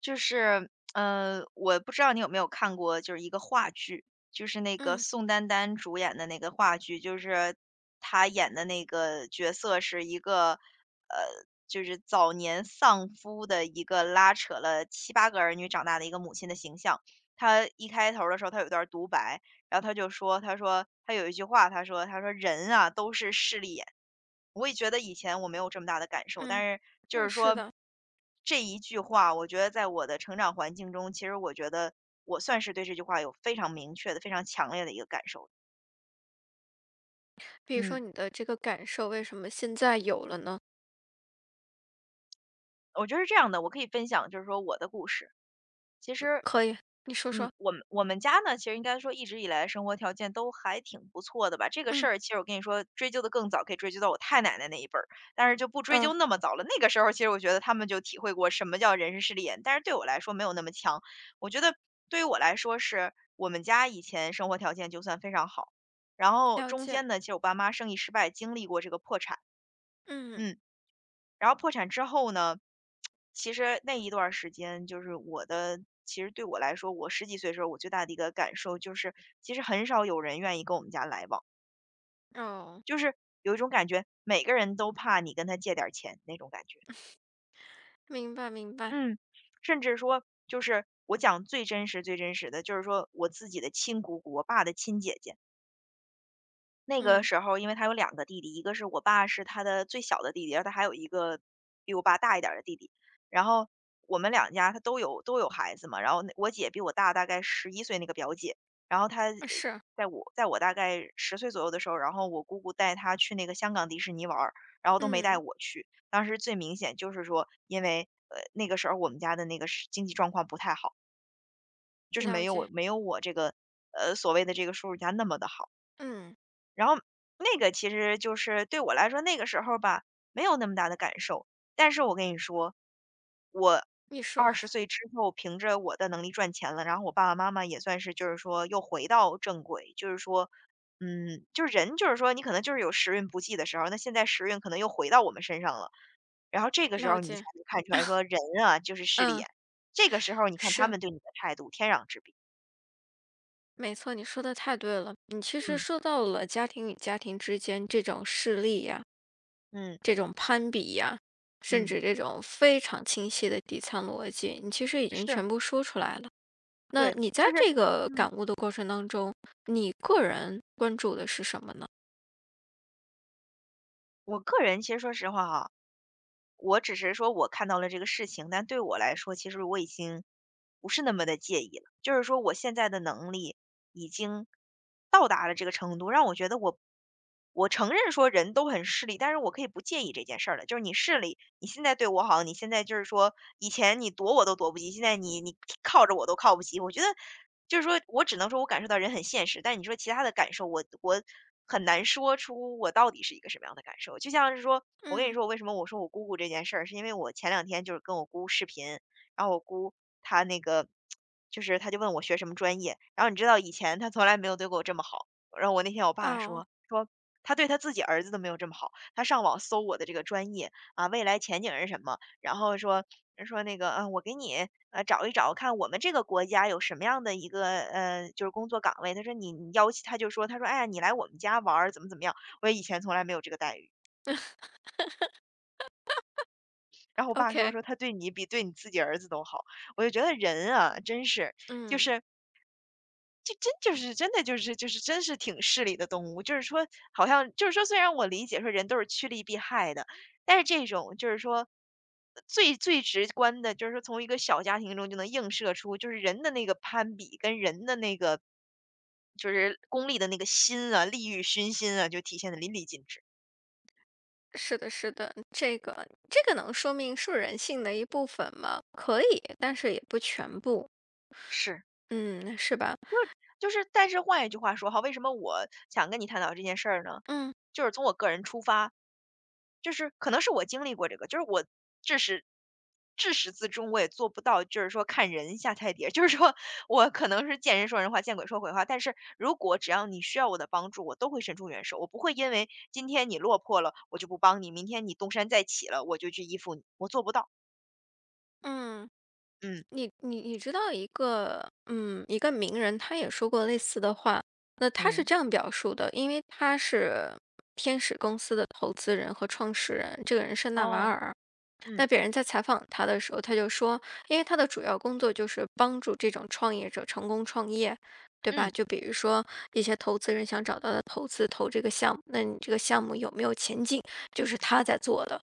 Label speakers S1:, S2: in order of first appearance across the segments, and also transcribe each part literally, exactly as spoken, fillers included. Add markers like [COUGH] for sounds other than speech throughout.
S1: 就是，嗯，我不知道你有没有看过，就是一个话剧，就是那个
S2: 嗯
S1: 宋丹丹主演的那个话剧，就是她演的那个角色是一个，呃，就是早年丧夫的一个拉扯了七八个儿女长大的一个母亲的形象。她一开头儿的时候，她有一段独白，然后他就说，他说他有一句话，他说他说人啊都是势利眼。我也觉得以前我没有这么大的感受，但
S2: 嗯，
S1: 是就
S2: 嗯，
S1: 是
S2: 是
S1: 说
S2: 的。
S1: 这一句话，我觉得在我的成长环境中，其实我觉得我算是对这句话有非常明确的、非常强烈的一个感受。
S2: 比如
S1: 嗯，
S2: 说你的这个感受，为什么现在有了呢？
S1: 我觉得是这样的，我可以分享就是说我的故事。其实
S2: 可以，你说说。
S1: 嗯，我们我们家呢，其实应该说一直以来生活条件都还挺不错的吧。这个事
S2: 嗯，
S1: 儿其实我跟你说，追究的更早，可以追究到我太奶奶那一辈儿，但是就不追究
S2: 哦，
S1: 那么早了。那个时候，其实我觉得他们就体会过什么叫人生势利眼，但是对我来说没有那么强。我觉得对于我来说是，我们家以前生活条件就算非常好，然后
S2: 了
S1: 中
S2: 解。
S1: 间呢，其实我爸妈生意失败，经历过这个破产，
S2: 嗯，
S1: 嗯，然后破产之后呢，其实那一段儿时间就是我的其实对我来说，我十几岁的时候，我最大的一个感受就是，其实很少有人愿意跟我们家来往，
S2: 哦，
S1: 就是有一种感觉，每个人都怕你跟他借点儿钱那种感觉。
S2: 明白明白。
S1: 嗯，甚至说就是我讲最真实、最真实的，就是说我自己的亲姑姑，我爸的亲姐姐。那个
S2: 嗯，
S1: 时候因为他有两个弟弟，一个是我爸是他的最小的弟弟，然后他还有一个比我爸大一点儿的弟弟。然后我们两家他都有都有孩子嘛，然后那我姐比我大大概十一岁那个表姐，然后她，呃
S2: 啊是，
S1: 在我在我大概十岁左右的时候，然后我姑姑带她去那个香港迪士尼玩儿，然后都没带
S2: 嗯，
S1: 我去。当时最明显就是说，因为，呃，那个时候我们家的那个是经济状况不太好，就是没
S2: 了
S1: 有我
S2: 解。
S1: 没有我这个，呃，所谓的这个叔叔家那么的好。
S2: 嗯，
S1: 然后那个其实就是对我来说，那个时候吧，没有那么大的感受。但是我跟你说，我
S2: 你说，
S1: 二十岁之后，凭着我的能力赚钱了，然后我爸爸妈妈也算是就是说又回到正轨，就是说，嗯，就是人就是说你可能就是有时运不济的时候，那现在时运可能又回到我们身上了。然后这个时
S2: 了
S1: 候你才
S2: 解。
S1: 能看出来说人啊就是势利
S2: 嗯，
S1: 眼，这个时候你看他
S2: 是，
S1: 们对你的态度天壤之别。
S2: 没错，你说的太对了。你其实
S1: 嗯，
S2: 说到了家庭与家庭之间这种势力呀，
S1: 嗯，
S2: 这种攀比呀，甚
S1: 嗯，
S2: 至这种非常清晰的底层逻辑，你其实已经
S1: 是，
S2: 全部说出来了。那
S1: 对，
S2: 你在
S1: 就是，
S2: 这个
S1: 嗯。
S2: 感悟的过程当中，你个人关注的是什么呢？
S1: 我个人其实说实话哈，我只是说我看到了这个事情，但对我来说，其实我已经不是那么的介意了。就是说，我现在的能力已经到达了这个程度，让我觉得我，我承认说人都很势利，但是我可以不介意这件事儿了。就是你势利，你现在对我好，你现在就是说以前你躲我都躲不及，现在你你靠着我都靠不及。我觉得就是说我只能说我感受到人很现实，但你说其他的感受，我我很难说出我到底是一个什么样的感受。就像是说，我跟你
S2: 嗯，
S1: 说，我为什么我说我姑姑这件事儿，是因为我前两天就是跟我姑视频，然后我姑她那个就是她就问我学什么专业，然后你知道以前她从来没有对过我这么好，然后我那天我爸
S2: 哦
S1: 说说。他对他自己儿子都没有这么好，他上网搜我的这个专业啊，未来前景是什么？然后说说那个，啊，我给你呃，找一找看我们这个国家有什么样的一个呃，就是工作岗位。他说你你邀请他就说，他说：“哎呀，你来我们家玩儿怎么怎么样。”我以前从来没有这个待遇。然后我爸说
S2: ，O K，
S1: 说：“他对你比对你自己儿子都好。”我就觉得人啊，真是就
S2: 嗯，
S1: 是这真就是真的就是就是真是挺势利的动物，就是说好像就是说虽然我理解说人都是趋利避害的，但是这种就是说最最直观的，就是说从一个小家庭中就能映射出，就是人的那个攀比跟人的那个就是功利的那个心啊，利欲熏心啊，就体现的淋漓尽致。
S2: 是的，是的，这个这个能说明是人性的一部分吗？可以，但是也不全部，
S1: 是，
S2: 嗯，是吧？
S1: 就是，但是换一句话说哈，为什么我想跟你探讨这件事儿呢？
S2: 嗯
S1: 就是从我个人出发，就是可能是我经历过这个，就是我至始至始至终我也做不到，就是说看人下菜碟，[LAUGHS] 就是说我可能是见人说人话，见鬼说鬼话。但是如果只要你需要我的帮助，我都会伸出援手，我不会因为今天你落魄了，我就不帮你；明天你东山再起了，我就去依附你。我做不到。
S2: 嗯，
S1: 嗯，
S2: 你你你知道一个嗯一个名人，他也说过类似的话。那他是
S1: 嗯，
S2: 这样表述的，因为他是天使公司的投资人和创始人，这个人是纳瓦
S1: 哦，
S2: 尔。
S1: 嗯，
S2: 那别人在采访他的时候，他就说，因为他的主要工作就是帮助这种创业者成功创业，对吧？
S1: 嗯，
S2: 就比如说一些投资人想找到的投资投这个项目，那你这个项目有没有前景，就是他在做的。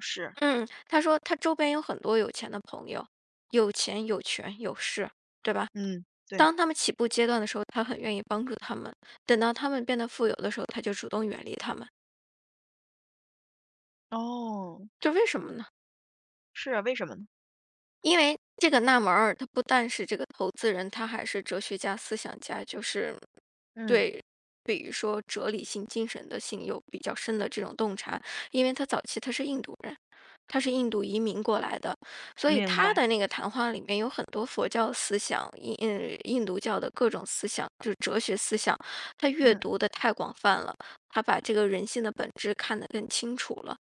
S1: 是，
S2: 嗯，他说他周边有很多有钱的朋友，有钱有权有势，对吧？
S1: 嗯，对，
S2: 当他们起步阶段的时候，他很愿意帮助他们；等到他们变得富有的时候，他就主动远离他们。
S1: 哦，
S2: 这为什么呢？
S1: 是啊为什么呢？
S2: 因为这个纳摩尔，他不但是这个投资人，他还是哲学家、思想家，就是
S1: 嗯，
S2: 对，比如说哲理性精神的性有比较深的这种洞察。因为他早期他是印度人，他是印度移民过来的，所以
S1: 明
S2: 他
S1: 白。
S2: 的那个谈话里面有很多佛教思想、印印印度教的各种思想，就是哲学思想，他阅
S1: 嗯，
S2: 读的太广泛了，他把这个人性的本质看得更清楚了。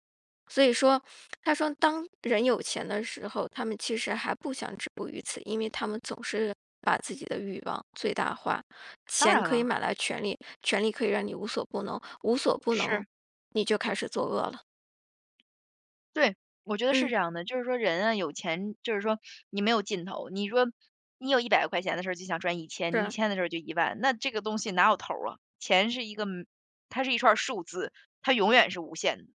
S2: 所以说，他说当人有钱的时候，他们其实还不想止步于此，因为他们总是把自己的欲望最大化。
S1: 当
S2: 钱
S1: 然
S2: 可以
S1: 了。
S2: 买来权利，权利可以让你无所不能，无所不能，
S1: 是。
S2: 你就开始作恶了。
S1: 对，我觉得是
S2: 嗯，
S1: 这样的，就是说人啊，有钱就是说你没有尽头。你说你有一百块钱的时候就想赚一千，
S2: 是
S1: 你一
S2: 啊。
S1: 千的时候就一万，那这个东西哪有头儿啊？钱是一个，嗯它是一串数字，它永远是无限的。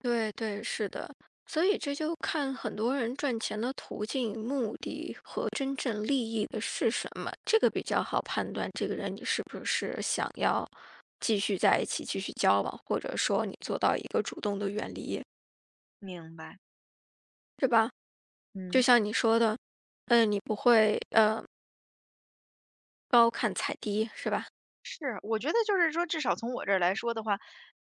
S2: 对对，是的，所以这就看很多人赚钱的途径、目的和真正利益的是什么，这个比较好判断这个人你是不是想要继续在一起、继续交往，或者说你做到一个主动的远离，
S1: 明白，
S2: 是吧？就
S1: 嗯。
S2: 像你说的，嗯，你不会呃高看踩低，是吧？
S1: 是，我觉得就是说，至少从我这儿来说的话，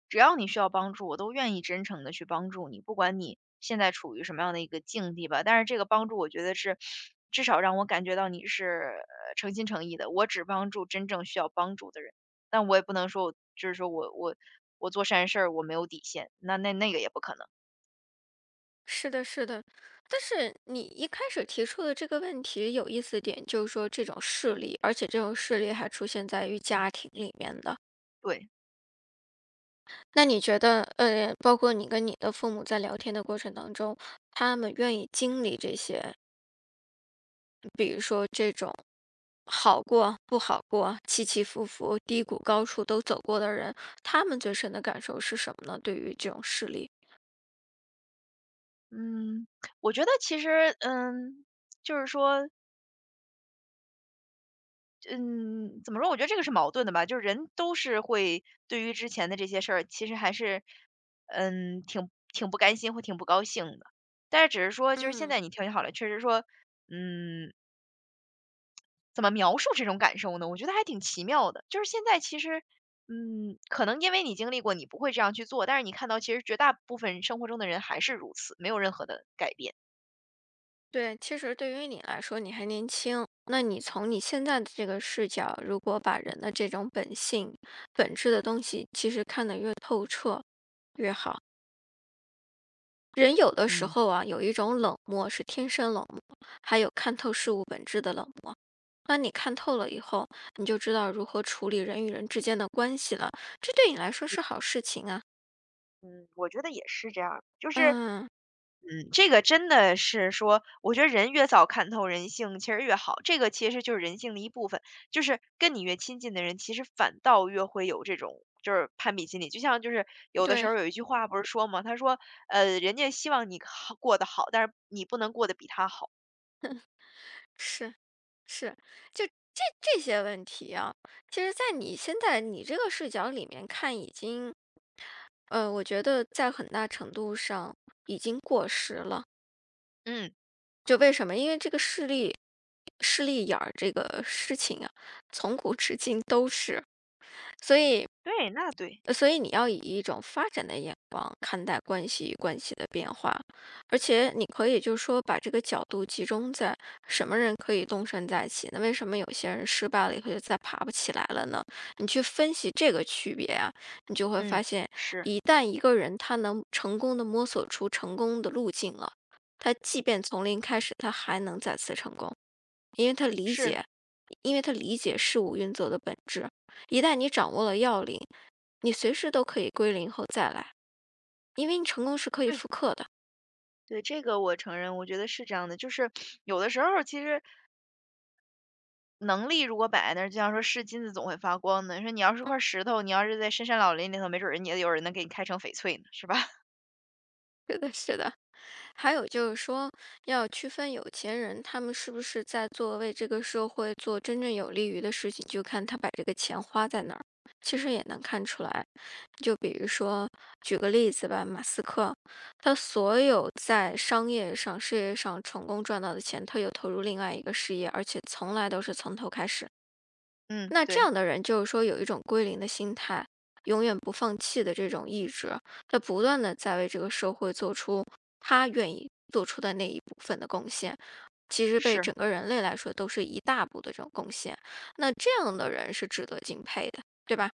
S1: 只要你需要帮助，我都愿意真诚的去帮助你，不管你现在处于什么样的一个境地吧。但是这个帮助，我觉得是至少让我感觉到你是呃诚心诚意的。我只帮助真正需要帮助的人，但我也不能说我，就是说我我我做善事儿我没有底线，那那那个也不可能。
S2: 是的，是的，但是你一开始提出的这个问题有意思点，就是说这种势力，而且这种势力还出现在于家庭里面的。
S1: 对，
S2: 那你觉得，呃，包括你跟你的父母在聊天的过程当中，他们愿意经历这些，比如说这种好过、不好过、起起伏伏、低谷高处都走过的人，他们最深的感受是什么呢？对于这种事例，
S1: 嗯，我觉得其实，嗯，就是说。嗯，怎么说？我觉得这个是矛盾的吧，就是人都是会对于之前的这些事儿，其实还是，嗯，挺挺不甘心或挺不高兴的。但是只是说，就是现在
S2: 嗯，
S1: 你调节好了，确实说，嗯，怎么描述这种感受呢？我觉得还挺奇妙的。就是现在其实，嗯，可能因为你经历过，你不会这样去做，但是你看到其实绝大部分生活中的人还是如此，没有任何的改变。
S2: 对，其实对于你来说，你还年轻，那你从你现在的这个视角，如果把人的这种本性、本质的东西，其实看得越透彻越好。人有的时
S1: 嗯，
S2: 候啊，有一种冷漠是天生冷漠，还有看透事物本质的冷漠。那你看透了以后，你就知道如何处理人与人之间的关系了，这对你来说是好事情啊。
S1: 嗯，我觉得也是这样，就是
S2: 嗯，
S1: 嗯，这个真的是说，我觉得人越早看透人性，其实越好。这个其实就是人性的一部分，就是跟你越亲近的人，其实反倒越会有这种就是攀比心理。就像就是有的时
S2: 对，
S1: 候有一句话不是说嘛，他说，呃，人家希望你好过得好，但是你不能过得比他好。
S2: 是是，就这这些问题啊，其实，在你现在你这个视角里面看，已经呃，我觉得在很大程度上已经过时了。
S1: 嗯，
S2: 就为什么？因为这个势利势利眼儿这个事情啊，从古至今都是，所以
S1: 对，那对，
S2: 呃所以你要以一种发展的眼光看待关系与关系的变化，而且你可以就是说把这个角度集中在什么人可以东山再起那为什么有些人失败了以后就再爬不起来了呢？你去分析这个区别啊，你就会发
S1: 嗯，
S2: 现，
S1: 是，
S2: 一旦一个人他能成功的摸索出成功的路径了。他即便从零开始，他还能再次成功，因为他理
S1: 是，
S2: 解，因为他理解事物运作的本质。一旦你掌握了要领，你随时都可以归零后再来，因为你成功是可以
S1: 对，
S2: 复刻的。
S1: 对，这个我承认，我觉得是这样的。就是有的时候其实能力如果摆在那儿，就像说是金子总会发光的。你说你要是块石头，你要是在深山老林里头，没准儿人家有人能给你开成翡翠呢，是吧？[LAUGHS]
S2: [LAUGHS] 是的，是的。还有就是说，要区分有钱人他们是不是在做为这个社会做真正有利于的事情，就看他把这个钱花在哪儿。其实也能看出来，就比如说举个例子吧，马斯克，他所有在商业上、事业上成功赚到的钱，他又投入另外一个事业，而且从来都是从头开始。
S1: 嗯，
S2: 那这
S1: 对，
S2: 样的人就是说有一种归零的心态，永远不放弃的这种意志，他不断的在为这个社会做出他愿意做出的那一部分的贡献，其实对
S1: 是，
S2: 整个人类来说都是一大步的这种贡献。那这样的人是值得敬佩的，对吧？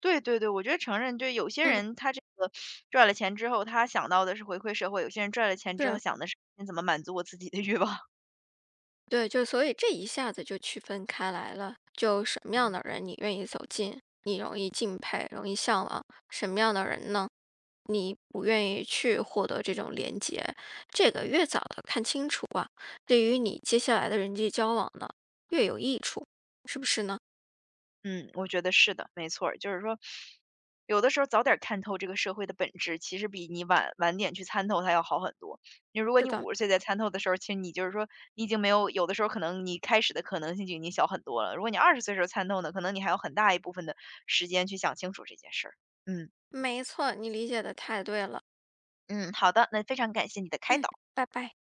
S1: 对，对，对，我觉得承认，就有些
S2: 嗯，
S1: 人他这个赚了钱之后，他想到的是回馈社会；有些人赚了钱之后
S2: 是
S1: 想的是怎么满足我自己的欲望。
S2: 对，就所以这一下子就区分开来了，就什么样的人你愿意走近，你容易敬佩，容易向往，什么样的人呢？你不愿意去获得这种连接，这个越早的看清楚啊，对于你接下来的人际交往呢，越有益处，是不是呢？
S1: 嗯，我觉得是的，没错儿。就是说，有的时候早点看透这个社会的本质，其实比你晚晚点去参透它要好很多。你如果
S2: 是
S1: 你
S2: 的，
S1: 五十岁再参透的时候，其实你就是说你已经没有有的时候可能你开始的可能性就已经小很多了。如果你二十岁时候参透呢，可能你还有很大一部分的时间去想清楚这件事儿。嗯，
S2: 没错，你理解的太对了。
S1: 嗯，好的，那非常感谢你的开
S2: 嗯，
S1: 导。
S2: 拜拜。